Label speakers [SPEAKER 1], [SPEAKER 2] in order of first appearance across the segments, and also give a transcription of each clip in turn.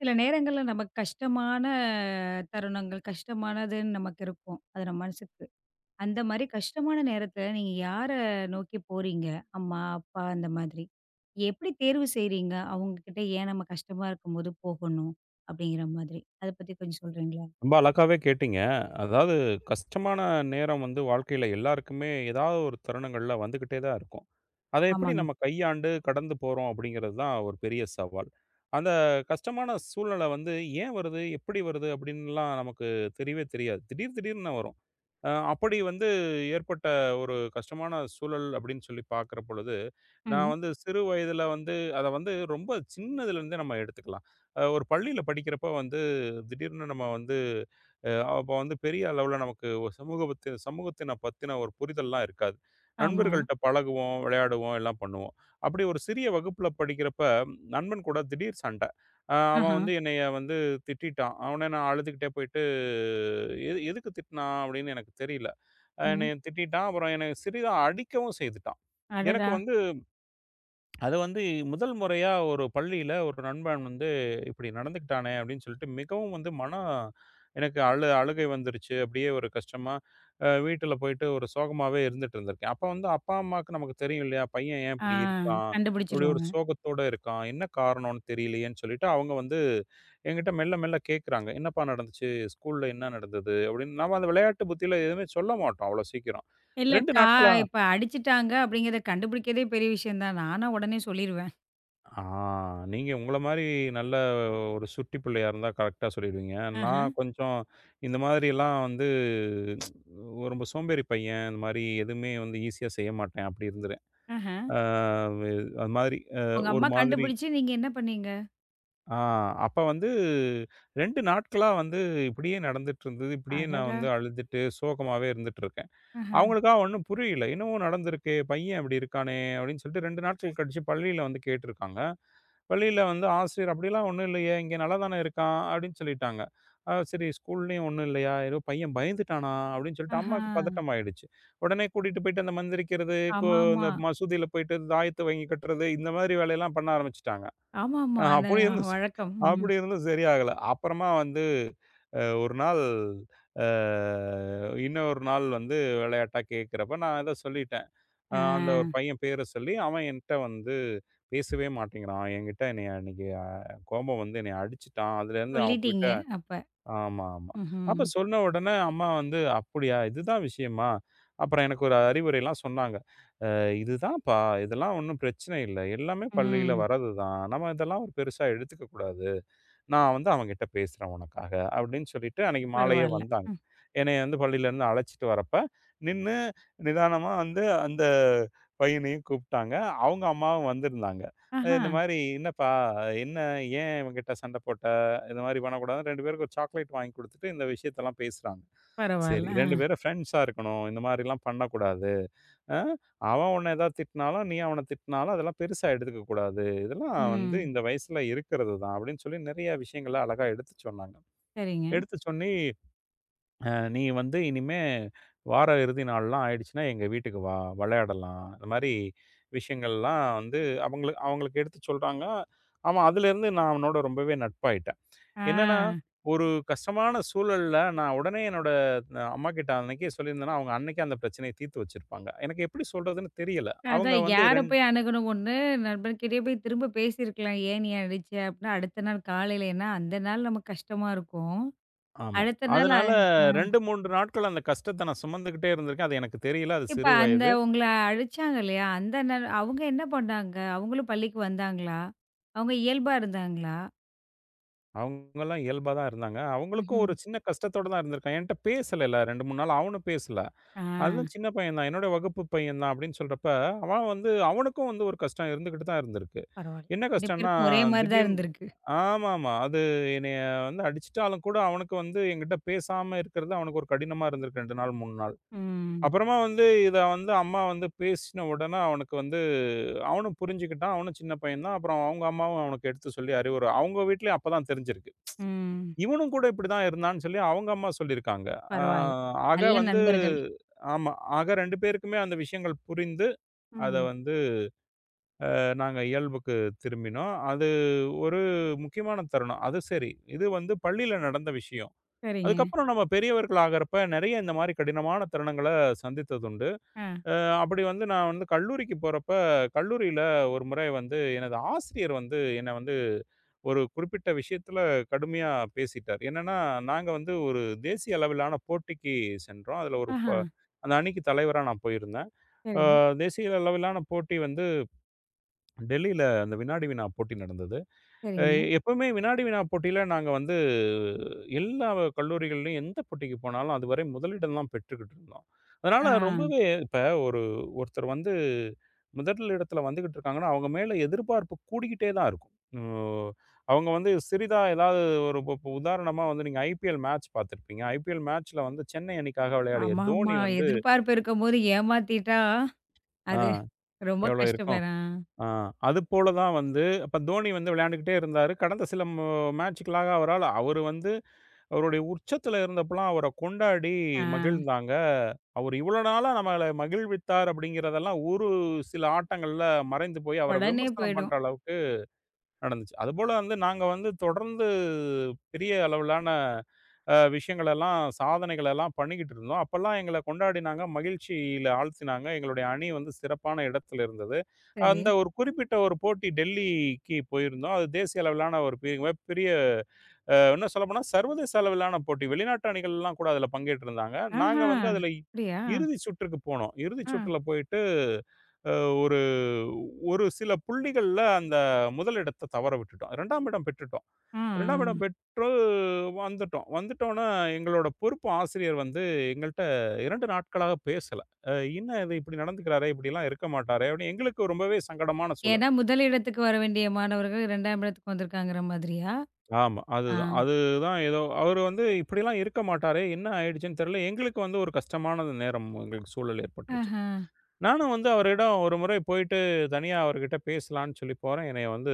[SPEAKER 1] சில நேரங்கள்ல நமக்கு கஷ்டமான தருணங்கள், கஷ்டமானதுன்னு நமக்கு இருக்கும். அது நம்ம மனசுக்கு. அந்த மாரி கஷ்டமான நேரத்துல நீங்க யார நோக்கி போறீங்க? அம்மா, அப்பா அந்த மாதிரி. எப்படி தேர்வு செய்றீங்க? அவங்ககிட்ட ஏன் நம்ம கஷ்டமா இருக்கும்போது போகணும்? அப்படிங்கிற மாதிரி. அத பத்தி கொஞ்சம் சொல்றீங்களா?
[SPEAKER 2] ரொம்ப அழகாவே கேட்டீங்க. அதாவது கஷ்டமான நேரம் வந்து வாழ்க்கையில எல்லாருக்குமே ஏதாவது ஒரு தருணங்கள்ல வந்துகிட்டே தான் இருக்கும். அத எப்படி
[SPEAKER 1] ஆமாங்க.
[SPEAKER 2] நம்ம கையாண்டு கடந்து போறோம் அப்படிங்கிறது தான் ஒரு பெரிய சவால். அந்த கஷ்டமான சூழ்நிலை வந்து ஏன் வருது? எப்படி வருது? அப்படின்னுலாம் நமக்கு தெரியவே தெரியாது. திடீர் திடீர்னு வரும். அப்படி வந்து ஏற்பட்ட ஒரு கஷ்டமான சூழல் அப்படின்னு சொல்லி பார்க்குற பொழுது, நான்
[SPEAKER 1] ம்.
[SPEAKER 2] வந்து சிறு வயதில வந்து அத வந்து ரொம்ப சின்னதுலேருந்தே நம்ம எடுத்துக்கலாம். ஒரு பள்ளியில படிக்கிறப்ப வந்து திடீர்னு நம்ம வந்து அ அப்போ வந்து பெரிய அளவுல நமக்கு ஒரு சமூகத்தின பத்தின ஒரு புரிதல்லாம் இருக்காது.
[SPEAKER 1] ஆமா.
[SPEAKER 2] நண்பர்கள்ட்ட பழகுவோம், விளையாடுவோம், எல்லாம் பண்ணுவோம். அப்படி ஒரு சிறிய வகுப்புல படிக்கிறப்ப நண்பன் கூட திடீர் சண்டை. அவன்
[SPEAKER 1] ஆஹா.
[SPEAKER 2] வந்து என்னைய வந்து திட்டிட்டான். அவனே நான் அழுதுகிட்டே போயிட்டு, "எது எதுக்கு திட்டினான்?" அப்படின்னு எனக்கு தெரியல.
[SPEAKER 1] ம்.
[SPEAKER 2] என்னைய திட்டிட்டான். அப்புறம் என்னைய சிறிதா அடிக்கவும் செய்துட்டான். எனக்கு
[SPEAKER 1] அடடா!
[SPEAKER 2] வந்து அது வந்து முதல் முறையா ஒரு பள்ளியில ஒரு நண்பன் வந்து இப்படி நடந்துக்கிட்டானே அப்படின்னு சொல்லிட்டு மிகவும் வந்து மனம் எனக்கு அழுகை வந்துருச்சு. அப்படியே ஒரு கஷ்டமா வீட்டுல போயிட்டு ஒரு சோகமாவே இருந்துட்டு இருந்திருக்கேன். அப்ப வந்து அப்பா, அம்மாவுக்கு நமக்கு தெரியும் இல்லையா? பையன் ஏன்
[SPEAKER 1] ஆ.
[SPEAKER 2] இப்படி இருக்கான்? இப்படி ஒரு
[SPEAKER 1] கண்டுபிடிச்சுருவாங்க.
[SPEAKER 2] சோகத்தோட இருக்கான். என்ன காரணம்னு தெரியலையேன்னு சொல்லிட்டு அவங்க வந்து என்கிட்ட மெல்ல மெல்ல கேட்குறாங்க. "என்னப்பா நடந்துச்சு? ஸ்கூல்ல என்ன நடந்தது?" அப்படின்னு. நாம அந்த விளையாட்டு புத்தியில எதுவுமே சொல்ல மாட்டோம் அவ்வளோ சீக்கிரம்.
[SPEAKER 1] இல்ல
[SPEAKER 2] 2
[SPEAKER 1] கா
[SPEAKER 2] நாட்களா
[SPEAKER 1] இப்ப அடிச்சுட்டாங்க அப்படிங்கிறத கண்டுபிடிக்கிறதே பெரிய விஷயம் தான். நானா உடனே சொல்லிருவேன்.
[SPEAKER 2] ஆ நீங்க உங்கள மாரி நல்ல ஒரு சுட்டி பிள்ளையா இருந்தா கரெக்ட்டா சொல்லிடுவீங்க.
[SPEAKER 1] ஆஹ.
[SPEAKER 2] நான் கொஞ்சம் இந்த மாதிரிலாம் வந்து ரொம்ப சோம்பேறி பையன். இந்த மாரி எதுவுமே வந்து ஈஸியா செய்ய மாட்டேன். அப்படி இருந்துறேன்.
[SPEAKER 1] ஆஹ.
[SPEAKER 2] ஆ வே அது மாதிரி
[SPEAKER 1] உங்க
[SPEAKER 2] ஒரு
[SPEAKER 1] அம்மா
[SPEAKER 2] மாதிரி
[SPEAKER 1] கண்டுபிடிச்சு நீங்க என்ன பண்ணீங்க?
[SPEAKER 2] ஆ அப்ப வந்து 2 நாட்களா வந்து இப்படியே நடந்துட்டு இருந்தது. இப்படியே நான்
[SPEAKER 1] அடடா!
[SPEAKER 2] வந்து அழுதுட்டு சோகமாவே இருந்துட்டு இருக்கேன்.
[SPEAKER 1] ஆஹா,
[SPEAKER 2] அவங்களுக்கா ஒண்ணும் புரியல. "என்னவோ நடந்திருக்கே! பையன் இப்படி இருக்கானே!" அப்படின்னு சொல்லிட்டு 2 நாட்கள் கழிச்சு பள்ளியில வந்து கேட்டிருக்காங்க. பள்ளியில வந்து ஆசிரியர், "அப்படிலாம் ஒண்ணும் இல்லையே! இங்க நல்லா தானே இருக்கான்." அப்படின்னு சொல்லிட்டாங்க. சரி ஸ்கூல்லயும் ஒண்ணும் இல்லையா? ஏதோ பையன் பயந்துட்டானா? அப்படின்னு சொல்லிட்டு
[SPEAKER 1] ஆஹா.
[SPEAKER 2] அம்மாவுக்கு பதட்டம் ஆயிடுச்சு. உடனே கூட்டிட்டு போயிட்டு அந்த மந்திரிக்கிறது, கோ
[SPEAKER 1] ஆமாமா.
[SPEAKER 2] இந்த மசூதியில போயிட்டு தாயத்து வாங்கி கட்டுறது, இந்த மாதிரி வேலையெல்லாம் பண்ண ஆரம்பிச்சுட்டாங்க.
[SPEAKER 1] ஆமாமா.
[SPEAKER 2] அ
[SPEAKER 1] அந்த
[SPEAKER 2] அப்படி இருந்தும் ச
[SPEAKER 1] வழக்கம். ம்.
[SPEAKER 2] அப்படி இருந்தும் சரியாகல. அப்புறமா வந்து அ ஒரு நாள் அ இன்னொரு நாள் வந்து விளையாட்டா கேட்கிறப்ப, நான் ஏதோ சொல்லிட்டேன்.
[SPEAKER 1] ஆ.
[SPEAKER 2] அந்த ஒரு பையன் பேர சொல்லி, அவன் என்ட்ட வந்து பேசவே மாட்டேங்கிறான். என்கிட்ட என்னைய அன்னைக்கு கோபம் வந்து என்னைய அடிச்சுட்டான். அதுலேருந்து
[SPEAKER 1] சொல்லிட்டீங்க
[SPEAKER 2] அவன்கிட்ட
[SPEAKER 1] அப்ப.
[SPEAKER 2] ஆமா, ஆமா.
[SPEAKER 1] ம்ஹ்ம்.
[SPEAKER 2] அப்ப சொன்ன உடனே அம்மா வந்து, "அப்படியா? இதுதான் விஷயமா?" அப்புறம் எனக்கு ஒரு அறிவுரைலாம் சொன்னாங்க. இதுதான்ப்பா, இதெல்லாம் ஒண்ணும் பிரச்சனை இல்ல. எல்லாமே பள்ளியில
[SPEAKER 1] ம்.
[SPEAKER 2] வர்றது தான். நம்ம இதெல்லாம் ஒரு பெருசா எடுத்துக்க கூடாது. நான் வந்து அவன்கிட்ட பேசுறேன் உனக்காக." அப்படின்னு சொல்லிட்டு அன்னைக்கு மாலையே
[SPEAKER 1] பரவால்ல.
[SPEAKER 2] வந்தாங்க.
[SPEAKER 1] ம்.
[SPEAKER 2] என்னைய வந்து பள்ளியிலேருந்து அழைச்சிட்டு வரப்ப, நின்னு நிதானமா வந்து அந்த பையனையும் கூப்பிட்டாங்க. அவங்க அம்மாவும் வந்திருந்தாங்க.
[SPEAKER 1] ஆஹா.
[SPEAKER 2] இந்த மாரி, "என்னப்பா, என்ன ஏன் இவன்கிட்ட சண்டை போட்ட? இந்த மாரி பண்ணக்கூடாதுன்னு" 2 பேருக்கும் ஒரு சாக்லேட் வாங்கி குடுத்துட்டு இந்த விஷயத்தெல்லாம் பேசுறாங்க. சரி.
[SPEAKER 1] பரவால்ல.
[SPEAKER 2] 2
[SPEAKER 1] ஆ.
[SPEAKER 2] பேரும் ஃப்ரெண்ட்ஸா இருக்கணும். இந்த மாரிலாம் பண்ணக்கூடாது. அ அவன் உன்ன ஏதாவது திட்டினாலும், நீ அவன திட்டினாலும் அதெல்லாம் பெருசா எடுத்துக்க கூடாது. இதெல்லாம் வந்து
[SPEAKER 1] ம்.
[SPEAKER 2] இந்த வயசுல இருக்கிறது தான் அப்படின்னு சொல்லி நெறைய விஷயங்கள அழகா எடுத்து சொன்னாங்க.
[SPEAKER 1] சரிங்க.
[SPEAKER 2] எடுத்து சொல்லி அ நீ வந்து இனிமே வார இறுதி நாள்லாம் ஆயிடுச்சுன்னா, எங்க வீட்டுக்கு வா! விளையாடலாம். இந்த மாரி விஷயங்கள்லாம் வந்து அவங்களுக்கு அவங்களுக்கு எடுத்து சொல்றாங்க. அவன் அதிலேருந்து நான் அவனோட ரொம்பவே நட்பாயிட்டேன்.
[SPEAKER 1] ஆ.
[SPEAKER 2] என்னன்னா, ஒரு கஷ்டமான சூழல்ல நான் உடனே என்னோட அம்மாகிட்ட அன்னைக்கே சொல்லியிருந்தேன்னா, அவங்க அன்னைக்கே அந்த பிரச்சனைய தீர்த்து வச்சிருப்பாங்க. எனக்கு எப்படி சொல்றதுன்னு தெரியல.
[SPEAKER 1] அதான்
[SPEAKER 2] அவங்க வந்து
[SPEAKER 1] யார போய் அணுகணும் ஒண்ணு, நண்பர்கிட்டயே போய் திரும்ப பேசியிருக்கலாம். ஏன் நீ அடிச்ச? அப்டின்னா அடுத்த நாள் காலையிலன்னா, அந்த நாள் நமக்கு கஷ்டமா இருக்கும்.
[SPEAKER 2] ஆமா.
[SPEAKER 1] அடுத்த நாள்
[SPEAKER 2] அதனால
[SPEAKER 1] ஆ.
[SPEAKER 2] 2, 3 நாட்கள் அந்த கஷ்டத்த நான் சுமந்துகிட்டே இருந்திருக்கேன். அது எனக்கு தெரியல. அது
[SPEAKER 1] இப்ப
[SPEAKER 2] சிறு
[SPEAKER 1] அந்த
[SPEAKER 2] வயது.
[SPEAKER 1] உங்கள அழிச்சாங்க இல்லையா? அந்த நேர அவங்க என்ன பண்ணாங்க? அவங்களும் பள்ளிக்கு வந்தாங்களா? அவங்க இயல்பா இருந்தாங்களா?
[SPEAKER 2] அவங்கலாம் இயல்பா தான் இருந்தாங்க. அவங்களுக்கும்
[SPEAKER 1] ம்ஹ்ம்.
[SPEAKER 2] ஒரு சின்ன கஷ்டத்தோட தான் இருந்திருக்காங்க. என்ட்ட பேசலைல 2, 3 நாள் அவனும் பேசல.
[SPEAKER 1] ஆ.
[SPEAKER 2] அதுவும் சின்ன பையன் தான். என்னோட வகுப்பு பையன் தான் அப்படின்னு சொல்றப்ப, அவன் வந்து அவனுக்கும் வந்து ஒரு கஷ்டம் இருந்துகிட்டு தான் இருந்திருக்கு.
[SPEAKER 1] பரவால்ல.
[SPEAKER 2] என்ன
[SPEAKER 1] 2
[SPEAKER 2] கஷ்டம்ன்னா,
[SPEAKER 1] பேருக்கும் ஒரே மாரி தான்
[SPEAKER 2] திடீர்னு
[SPEAKER 1] இருந்திருக்கு.
[SPEAKER 2] ஆமாமா. அது என்னைய வந்து அடிச்சுட்டாலும் கூட அவனுக்கு வந்து என்கிட்ட பேசாம இருக்கிறது அவனுக்கு ஒரு கடினமா இருந்திருக்கு 2 நாள், 3 நாள்.
[SPEAKER 1] ம்.
[SPEAKER 2] அப்புறமா வந்து இத வந்து அம்மா வந்து பேசின உடனே அவனுக்கு வந்து அவனும் புரிஞ்சுக்கிட்டான். அவனும் சின்ன பையன் தான். அப்புறம் அவங்க அம்மாவும் அவனுக்கு எடுத்து சொல்லி அறிவுரை அவங்க வீட்லயும் அப்பதான் தெரிஞ்சிருக்கு.
[SPEAKER 1] ம்.
[SPEAKER 2] இவனும் கூட இப்படிதான் இருந்தான்னு சொல்லி அவங்க அம்மா சொல்லியிருக்காங்க. ஆ
[SPEAKER 1] பரவால்ல.
[SPEAKER 2] ஆக
[SPEAKER 1] நல்ல
[SPEAKER 2] வந்து
[SPEAKER 1] நண்பர்கள்.
[SPEAKER 2] ஆமா. ஆக 2 பேருக்குமே அந்த விஷயங்கள் புரிந்து, அத
[SPEAKER 1] ம்.
[SPEAKER 2] வந்து நாங்க இயல்புக்கு திரும்பினோம். அது ஒரு முக்கியமான தருணம். அது சரி. இது வந்து பள்ளியில நடந்த விஷயம்.
[SPEAKER 1] சரிங்க.
[SPEAKER 2] அதுக்கப்புறம் நம்ம பெரியவர்கள் ஆகறப்ப நெறைய இந்த மாரி கடினமான தருணங்கள சந்தித்ததுண்டு.
[SPEAKER 1] ஆ.
[SPEAKER 2] அ அப்படி வந்து நான் வந்து கல்லூரிக்கு போறப்ப, கல்லூரியில ஒரு முறை வந்து எனது ஆசிரியர் வந்து என்ன வந்து ஒரு குறிப்பிட்ட விஷயத்துல கடுமையா பேசிட்டார். என்னன்னா, நாங்க வந்து ஒரு தேசிய அளவிலான போட்டிக்கு சென்றோம். அதுல ஒரு ப
[SPEAKER 1] ஆஹா.
[SPEAKER 2] அந்த அணிக்கு தலைவரா நான் போயிருந்தேன். அ
[SPEAKER 1] சரி,
[SPEAKER 2] தேசிய அளவிலான போட்டி வந்து டெல்லியில அந்த வினாடி வினா போட்டி நடந்தது. அ
[SPEAKER 1] சரிங்க.
[SPEAKER 2] எப்பவுமே வினாடி வினா போட்டியில நாங்க வந்து எல்லா கல்லூரிகள்லயும் எந்த போட்டிக்கு போனாலும் அதுவரை முதலிடம் தான் பெற்றுக்கிட்டு இருந்தோம். அதனால
[SPEAKER 1] ஆ.
[SPEAKER 2] ரொம்பவே இப்ப ஒரு ஒருத்தர் வந்து முதல் இடத்துல வந்துகிட்டு இருக்காங்கன்னா, அவங்க மேல எதிர்பார்ப்பு கூடிக்கிட்டே தான் இருக்கும். ம். அவங்க வந்து சிறிதா ஏதாவது ஒரு இப்ப இப்ப உதாரணமா வந்து நீங்க ஐபிஎல் மேட்ச் பார்த்திருப்பீங்க. ஐபிஎல் மேட்ச்ல வந்து சென்னை அணிக்காக விளையாடிய
[SPEAKER 1] ஆமா, ஆமா.
[SPEAKER 2] தோனி வந்து
[SPEAKER 1] எதிர்பார்ப்பு இருக்கும்போது ஏமாத்திட்டா,
[SPEAKER 2] ஆ
[SPEAKER 1] அது ரொம்ப
[SPEAKER 2] எவ்வளோ
[SPEAKER 1] கஷ்டமே
[SPEAKER 2] இருக்கும்?
[SPEAKER 1] தான்.
[SPEAKER 2] ஆ. அதுபோல தான் வந்து அப்ப தோனி வந்து விளையாண்டுக்கிட்டே இருந்தாரு. கடந்த சில மேட்சுகளாக அவரால அவரு வந்து அவருடைய உச்சத்தில இருந்தப்பலாம் அவர கொண்டாடி
[SPEAKER 1] ஆ.
[SPEAKER 2] மகிழ்ந்தாங்க. அவரு இவ்வளோ நாளா நம்மள மகிழ்வித்தார் அப்படிங்கிறதெல்லாம் ஒரு சில ஆட்டங்கள்ல மறைந்து போய் அவர
[SPEAKER 1] உடனே
[SPEAKER 2] விமர்சனம் பண்ற
[SPEAKER 1] போயிடும்.
[SPEAKER 2] அளவுக்கு நடந்துச்சு. அதுபோல வந்து நாங்க வந்து தொடர்ந்து பெரிய அளவிலான விஷயங்களெல்லாம், சாதனைகளெல்லாம் பண்ணிக்கிட்டு இருந்தோம். அப்பல்லாம் எங்கள கொண்டாடினாங்க, மகிழ்ச்சியில ஆழ்த்தினாங்க. எங்களுடைய அணி வந்து சிறப்பான இடத்துல இருந்தது.
[SPEAKER 1] சரி.
[SPEAKER 2] அந்த ஒரு குறிப்பிட்ட ஒரு போட்டி டெல்லிக்கு போயிருந்தோம். அது தேசிய அளவிலான ஒரு பெரிய பெரிய இன்னும் சொல்லப்போனா சர்வதேச அளவிலான போட்டி. வெளிநாட்டு அணிகள்லாம் கூட அதில பங்கேற்றிருந்தாங்க. நாங்க
[SPEAKER 1] ஆஹா!
[SPEAKER 2] வந்து அதில
[SPEAKER 1] அப்படியா?
[SPEAKER 2] இறுதி சுற்றுக்கு போனோம். இறுதி
[SPEAKER 1] ஆ.
[SPEAKER 2] சுற்றுல போயிட்டு அ ஒரு ஒரு சில புள்ளிகள்ல அந்த முதலிடத்த தவற விட்டுட்டோம். 2ஆம் இடம் பெற்றுட்டோம்.
[SPEAKER 1] ஆ. ஆ.
[SPEAKER 2] 2ஆம் இடம் பெற்று வந்துட்டோம். வந்துட்டோனே எங்களோட பொறுப்பு ஆசிரியர் வந்து எங்கள்ட்ட 2 நாட்களாக பேசல. "அ என்ன இது இப்படி நடந்துக்கிறாரே! இப்படிலாம் இருக்க மாட்டாரே!" அப்படின்னு எங்களுக்கு ரொம்பவே சங்கடமான சூழல்.
[SPEAKER 1] ஏன்னா, முதல் இடத்துக்கு வர வேண்டிய மாணவர்கள் 2ஆம் இடத்துக்கு வந்திருக்காங்கிற மாதிரியா?
[SPEAKER 2] ஆமா.
[SPEAKER 1] ஆ.
[SPEAKER 2] அதுதான். அதுதான் ஏதோ அவரு வந்து இப்படிலாம் இருக்க மாட்டாரே! என்ன ஆயிடுச்சுன்னு தெரியல. எங்களுக்கு வந்து ஒரு கஷ்டமான நேரம் எங்களுக்கு சூழல் ஏற்பட்டுருச்சு.
[SPEAKER 1] ஆஹா.
[SPEAKER 2] நானும் வந்து அவரிடம் ஒரு முறை போயிட்டு தனியா அவர்கிட்ட பேசலான்னு சொல்லி போறேன். என்னைய வந்து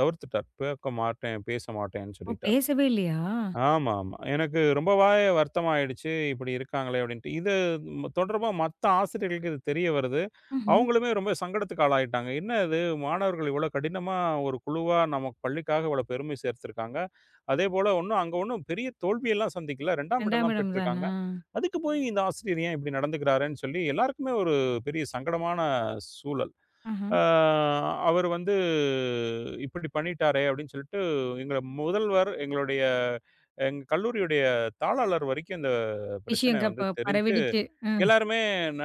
[SPEAKER 2] தவிர்த்துட்டார். பேக்க மாட்டேன், பேச மாட்டேன்னு
[SPEAKER 1] ஓ!
[SPEAKER 2] சொல்லிட்டார்.
[SPEAKER 1] பேசவே இல்லையா?
[SPEAKER 2] ஆமா, ஆமா. எனக்கு ரொம்பவே வருத்தமாயிடுச்சு. இப்படி இருக்காங்களே அப்படின்ட்டு. இது தொடர்பா மத்த ஆசிரியர்களுக்கு இது தெரிய வருது.
[SPEAKER 1] ம்ஹ்ம்.
[SPEAKER 2] அவங்களுமே ரொம்ப சங்கடத்துக்கு ஆளாயிட்டாங்க. என்ன இது மாணவர்கள் இவ்வளோ கடினமா ஒரு குழுவா நமக்கு பள்ளிக்காக இவ்வளோ பெருமை சேர்த்திருக்காங்க. அதேபோல ஒண்ணும் அங்க ஒண்ணும் பெரிய தோல்வியெல்லாம் சந்திக்கல. 2ஆம் இடம்
[SPEAKER 1] 2ஆம்
[SPEAKER 2] தான்
[SPEAKER 1] இடம்
[SPEAKER 2] பெற்றிருக்காங்க.
[SPEAKER 1] தானா?
[SPEAKER 2] அதுக்கு போய் இந்த ஆசிரியர் ஏன் இப்படி நடந்துக்கிறாருன்னு சொல்லி எல்லாருக்குமே ஒரு பெரிய சங்கடமான சூழல்.
[SPEAKER 1] ஆஹா.
[SPEAKER 2] ஆ அவர் வந்து இப்படி பண்ணிட்டாரே! அப்படின்னு சொல்லிட்டு, எங்கள முதல்வர், எங்க கல்லூரியுடைய தாளாளர் வரைக்கும் இந்த பிரச்சனை
[SPEAKER 1] விஷயம் க
[SPEAKER 2] வந்து
[SPEAKER 1] ப
[SPEAKER 2] தெரிஞ்சு,
[SPEAKER 1] பரவிடுச்சு. ம்.
[SPEAKER 2] எல்லாருமே ந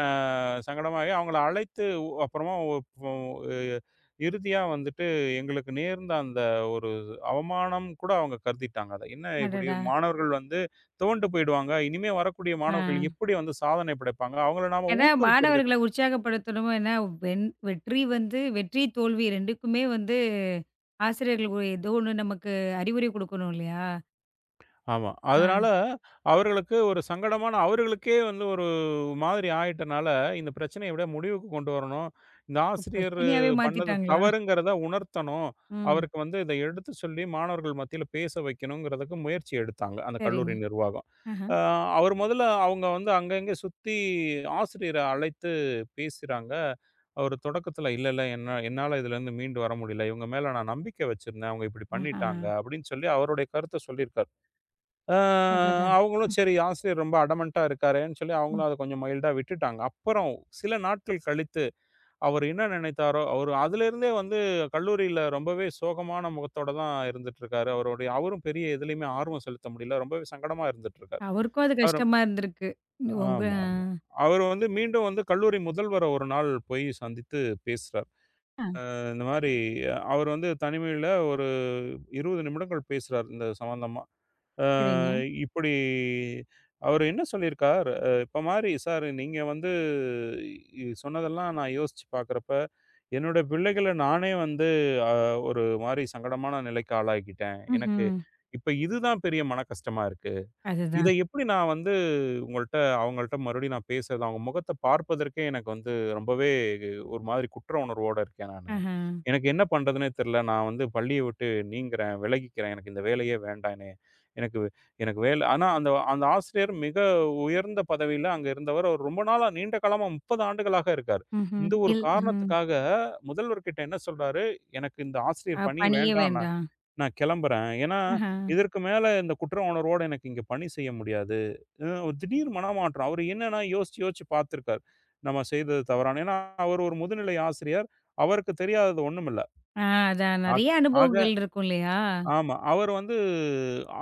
[SPEAKER 2] சங்கடமாகி அவங்கள அழைத்து அப்புறமா ஒ ஒ- எ இறுதியா வந்துட்டு எங்களுக்கு நேர்ந்த அந்த ஒரு அவமானம் கூட அவங்க கருதிட்டாங்க அத. என்ன இப்படி
[SPEAKER 1] அடடா!
[SPEAKER 2] மாணவர்கள் வந்து துவண்டு போயிடுவாங்க. இனிமே வரக்கூடிய
[SPEAKER 1] ஆ.
[SPEAKER 2] மாணவர்கள் எப்படி வந்து சாதனை படைப்பாங்க? அவங்கள நாம
[SPEAKER 1] ஏன்னா
[SPEAKER 2] ஊக்குவிக்கிறது
[SPEAKER 1] மாணவர்கள உற்சாகப்படுத்தணுமோ ஏன்னா வெற்றி வந்து வெற்றி, தோல்வி 2க்குமே வந்து ஆசிரியர்கள் ஒரு ஏதோ ஒண்ணு நமக்கு அறிவுரை குடுக்கணும் இல்லையா?
[SPEAKER 2] ஆமா.
[SPEAKER 1] ஆ.
[SPEAKER 2] அதனால அவர்களுக்கு ஒரு சங்கடமான அவர்களுக்கே வந்து ஒரு மாதிரி ஆயிட்டனால, இந்த பிரச்சனைய எப்படியா முடிவுக்கு கொண்டு வரணும். இந்த
[SPEAKER 1] இப்ப
[SPEAKER 2] ஆசிரியர்
[SPEAKER 1] பிரச்சனையாவே
[SPEAKER 2] பண்ணது
[SPEAKER 1] மாத்திட்டாங்களா?
[SPEAKER 2] தவறுங்கிறத உணர்த்தணும்.
[SPEAKER 1] ம்.
[SPEAKER 2] அவருக்கு வந்து இத எடுத்து சொல்லி மாணவர்கள் மத்தியில பேச வைக்கணுங்கிறதுக்கு முயற்சி எடுத்தாங்க. அந்த
[SPEAKER 1] சரிங்க.
[SPEAKER 2] கல்லூரி நிர்வாகம்.
[SPEAKER 1] ஆஹா.
[SPEAKER 2] அ அவர் முதல்ல அவங்க வந்து அங்கங்க சுத்தி ஆசிரியர அழைத்து பேசுறாங்க. அவரு தொடக்கத்துல இல்ல, இல்ல என்ன என்னால இதுலருந்து மீண்டு வர முடியல. இவங்க மேல நான் நம்பிக்கை வச்சிருந்தேன். அவங்க இப்படி
[SPEAKER 1] ம். ஆ.
[SPEAKER 2] பண்ணிட்டாங்க அப்படின்னு சொல்லி அவருடைய கருத்த சொல்லியிருக்காரு. அ
[SPEAKER 1] அடடா!
[SPEAKER 2] அவங்களும் சரி ஆசிரியர் ரொம்ப அடமன்ட்டா இருக்காரேன்னு சொல்லி
[SPEAKER 1] ம்.
[SPEAKER 2] அவங்களும் அத கொஞ்சம் மைல்டா விட்டுட்டாங்க. அப்புறம் சில நாட்கள் கழித்து அவர் என்ன நினைத்தாரோ, அவரு அதிலிருந்தே வந்து கல்லூரியில ரொம்பவே சோகமான முகத்தோட தான் இருந்துட்டுருக்காரு. அவருடைய அவரும் பெரிய எதுலயுமே ஆர்வம் செலுத்த முடியல. ரொம்பவே சங்கடமா இருந்துட்டுருக்காரு.
[SPEAKER 1] அவருக்கும் அது
[SPEAKER 2] அவரு
[SPEAKER 1] கஷ்டமா இருந்திருக்கு. உங்க
[SPEAKER 2] ஆமா, ஆமா. அவரு வந்து மீண்டும் வந்து கல்லூரி முதல்வர ஒரு நாள் போய் சந்தித்து பேசுறார்.
[SPEAKER 1] ஆ. ஆ.
[SPEAKER 2] இந்த மாரி அவர் வந்து தனிமையில ஒரு 20 நிமிடங்கள் பேசுறார் இந்த சம்மந்தமா. அ
[SPEAKER 1] சரிங்க.
[SPEAKER 2] இப்படி அவரு என்ன சொல்லியிருக்கார், இப்ப மாரி "சார் நீங்க வந்து சொன்னதெல்லாம் நான் யோசிச்சு பார்க்குறப்ப, என்னோட பிள்ளைகள நானே வந்து அ ஒரு மாரி சங்கடமான நிலைக்கு ஆளாக்கிட்டேன். எனக்கு
[SPEAKER 1] ம்ஹ்ம்.
[SPEAKER 2] இப்ப இதுதான் பெரிய மன கஷ்டமா இருக்கு. இத
[SPEAKER 1] அதுதான்.
[SPEAKER 2] எப்படி நான் வந்து உங்கள்ட்ட அவங்கள்ட்ட மறுபடியும் நான் பேசுறது?" அவங்க முகத்த பார்ப்பதற்கே எனக்கு வந்து ரொம்பவே ஒரு மாதிரி குற்ற உணர்வோட இருக்கேன் நான்.
[SPEAKER 1] ஆஹா.
[SPEAKER 2] எனக்கு என்ன பண்றதுன்னே தெரியல. நான் வந்து பள்ளிய விட்டு நீங்குறேன், விலகிக்கிறேன். எனக்கு இந்த வேலையே வேண்டானே. எனக்கு எனக்கு வேலை ஆனா அந்த அந்த ஆசிரியர் மிக உயர்ந்த பதவியில அங்க இருந்தவர். அவர் ரொம்ப நாளா நீண்ட காலமா 30 ஆண்டுகளாக இருக்காரு.
[SPEAKER 1] ம்ஹ்ம்.
[SPEAKER 2] இந்த ஒரு
[SPEAKER 1] ம்.
[SPEAKER 2] காரணத்துக்காக முதல்வர்கிட்ட என்ன சொல்றாரு, "எனக்கு இந்த
[SPEAKER 1] அ
[SPEAKER 2] ஆசிரியர் பணி
[SPEAKER 1] பணியே
[SPEAKER 2] வேண்டாம். நான்
[SPEAKER 1] வேண்டாம்.
[SPEAKER 2] நான் கிளம்புறேன். ஏன்னா,
[SPEAKER 1] ஆஹா.
[SPEAKER 2] இதற்கு மேல இந்த குற்ற உணர்வோட எனக்கு இங்க பணி செய்ய முடியாது." ஒரு திடீர் மனமாற்றம். அவரு என்னன்னா யோசிச்சு யோசிச்சு பார்த்துருக்காரு. நம்ம செய்தது தவறான ஏன்னா, அவர் ஒரு முதுநிலை ஆசிரியர். அவருக்கு தெரியாதது ஒண்ணுமில்ல.
[SPEAKER 1] ஆ, அதான்
[SPEAKER 2] ஆக்
[SPEAKER 1] நெறைய
[SPEAKER 2] ஆக
[SPEAKER 1] அனுபவங்கள் இருக்கும் இல்லையா?
[SPEAKER 2] ஆமா. அவர் வந்து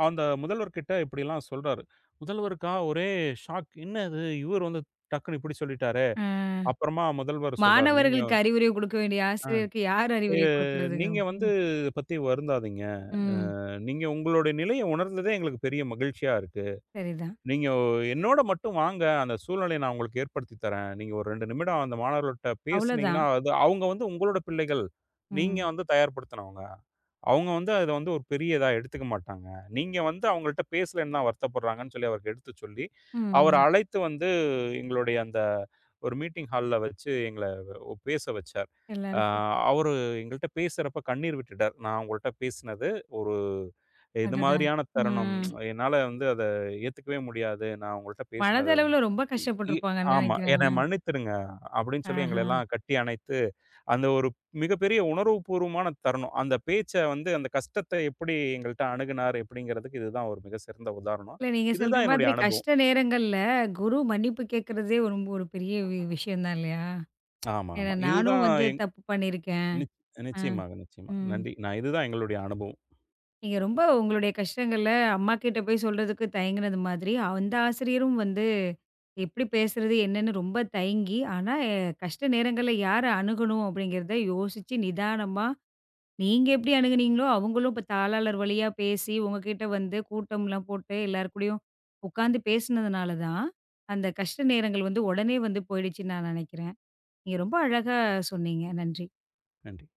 [SPEAKER 2] அந்த முதல்வர்கிட்ட இப்படிலாம் சொல்றாரு. முதல்வருக்கா ஒரே ஷாக். என்ன இது? இவர் வந்து டக்குன்னு இப்படி சொல்லிட்டாரே!
[SPEAKER 1] ஆ.
[SPEAKER 2] அப்புறமா முதல்வர் சொல்றாரு. நீங்க
[SPEAKER 1] மாணவர்களுக்கு அறிவுரை குடுக்க வேண்டிய
[SPEAKER 2] அ
[SPEAKER 1] ஆசிரியருக்கு யார்
[SPEAKER 2] "எ
[SPEAKER 1] அறிவுரை குடுக்குறதுங்க?
[SPEAKER 2] நீங்க வந்து
[SPEAKER 1] ம்.
[SPEAKER 2] இத பத்தி வருந்தாதீங்க. அ
[SPEAKER 1] ம்.
[SPEAKER 2] நீங்க உங்களுடைய நிலைய உணர்ந்ததே எங்களுக்கு பெரிய மகிழ்ச்சியா இருக்கு."
[SPEAKER 1] சரிதான்.
[SPEAKER 2] நீங்க என்னோட மட்டும் வாங்க. அந்த சூழ்நிலைய நான் உங்களுக்கு ஏற்படுத்தி தரேன். நீங்க ஒரு 2 நிமிடம் அந்த மாணவர்கள்ட்ட பேசுனீங்கன்னா,
[SPEAKER 1] அவ்வளோதான்.
[SPEAKER 2] அது அவங்க வந்து உங்களோட பிள்ளைகள். நீங்க
[SPEAKER 1] ம்.
[SPEAKER 2] வந்து தயார்படுத்துனவங்க. அவங்க வந்து அத வந்து ஒரு பெரிய இதா எடுத்துக்க மாட்டாங்க. நீங்க வந்து அவங்கள்ட்ட பேசலன்னு தான் வருத்தப்படுறாங்கன்னு சொல்லி அவருக்கு எடுத்து சொல்லி, அவர
[SPEAKER 1] ம்.
[SPEAKER 2] அழைத்து வந்து எங்களுடைய அந்த ஒரு மீட்டிங் ஹால்ல வச்சு எங்கள பேச வச்சார். அ
[SPEAKER 1] எல்லாருக்கும்
[SPEAKER 2] அவரு எங்கள்ட்ட பேசுறப்ப கண்ணீர் விட்டுட்டார். நான் உங்கள்ட்ட பேசினது ஒரு இது
[SPEAKER 1] அடடா!
[SPEAKER 2] மாதிரியான தருணம்.
[SPEAKER 1] ம்.
[SPEAKER 2] என்னால வந்து அத ஏத்துக்கவே முடியாது. நான் உங்கள்ட்ட பேசினது.
[SPEAKER 1] மனதளவுல ரொம்ப
[SPEAKER 2] இ
[SPEAKER 1] கஷ்டப்பட்டுருப்பாங்கன்னு
[SPEAKER 2] ஆமா.
[SPEAKER 1] நெனைக்கிறேன்.
[SPEAKER 2] "என்ன மன்னித்துருங்க" அப்படின்னு சொல்லி
[SPEAKER 1] ஆஹா.
[SPEAKER 2] எங்கள எல்லாம் கட்டி அணைத்து, அந்த ஒரு மிகப்பெரிய உணர்வுபூர்வமான தருணம். அந்த பேச்ச வந்து அந்த கஷ்டத்த எப்படி எங்கள்ட்ட அணுகுனார் எப்படிங்கிறதுக்கு இதுதான் ஒரு மிக சிறந்த உதாரணம்.
[SPEAKER 1] இல்ல நீங்க சொல்ற
[SPEAKER 2] இதுதான் என்னுடைய
[SPEAKER 1] மாதிரி
[SPEAKER 2] அனுபவம்.
[SPEAKER 1] கஷ்ட நேரங்கள்ல குரு மன்னிப்பு கேட்கறதே ரொம்ப ஒரு பெரிய விஷயம் தான் இல்லையா?
[SPEAKER 2] ஆமா,
[SPEAKER 1] ஏன்னா
[SPEAKER 2] ஆமா.
[SPEAKER 1] நானும்
[SPEAKER 2] இதுதான்
[SPEAKER 1] வந்து தப்பு பண்ணியிருக்கேன்.
[SPEAKER 2] நிச்
[SPEAKER 1] ஆ,
[SPEAKER 2] நிச்சயமாக, நிச்சயமா.
[SPEAKER 1] ம்.
[SPEAKER 2] நன்றி. நான் இதுதான் எங்களுடைய அனுபவம்.
[SPEAKER 1] நீங்க ரொம்ப உங்களுடைய கஷ்டங்கள அம்மா கிட்ட போய் சொல்றதுக்கு தயங்குனது மாதிரி, அந்த ஆசிரியரும் வந்து எப்படி பேசுறது என்னன்னு ரொம்ப தயங்கி, ஆனா கஷ்ட நேரங்கள்ல யார அணுகணும் அப்படிங்கிறத யோசிச்சு நிதானமா நீங்க எப்படி அணுகுனீங்களோ, அவங்களும் இப்ப தாளாளர் வழியா பேசி, உங்ககிட்ட வந்து கூட்டம்லாம் போட்டு எல்லார் கூடயும் உட்காந்து பேசினதுனால தான், அந்த கஷ்ட நேரங்கள் வந்து உடனே வந்து போயிடுச்சுன்னு நான் நெனைக்கிறேன். நீங்க ரொம்ப அழகா சொன்னீங்க. நன்றி.
[SPEAKER 2] நன்றி.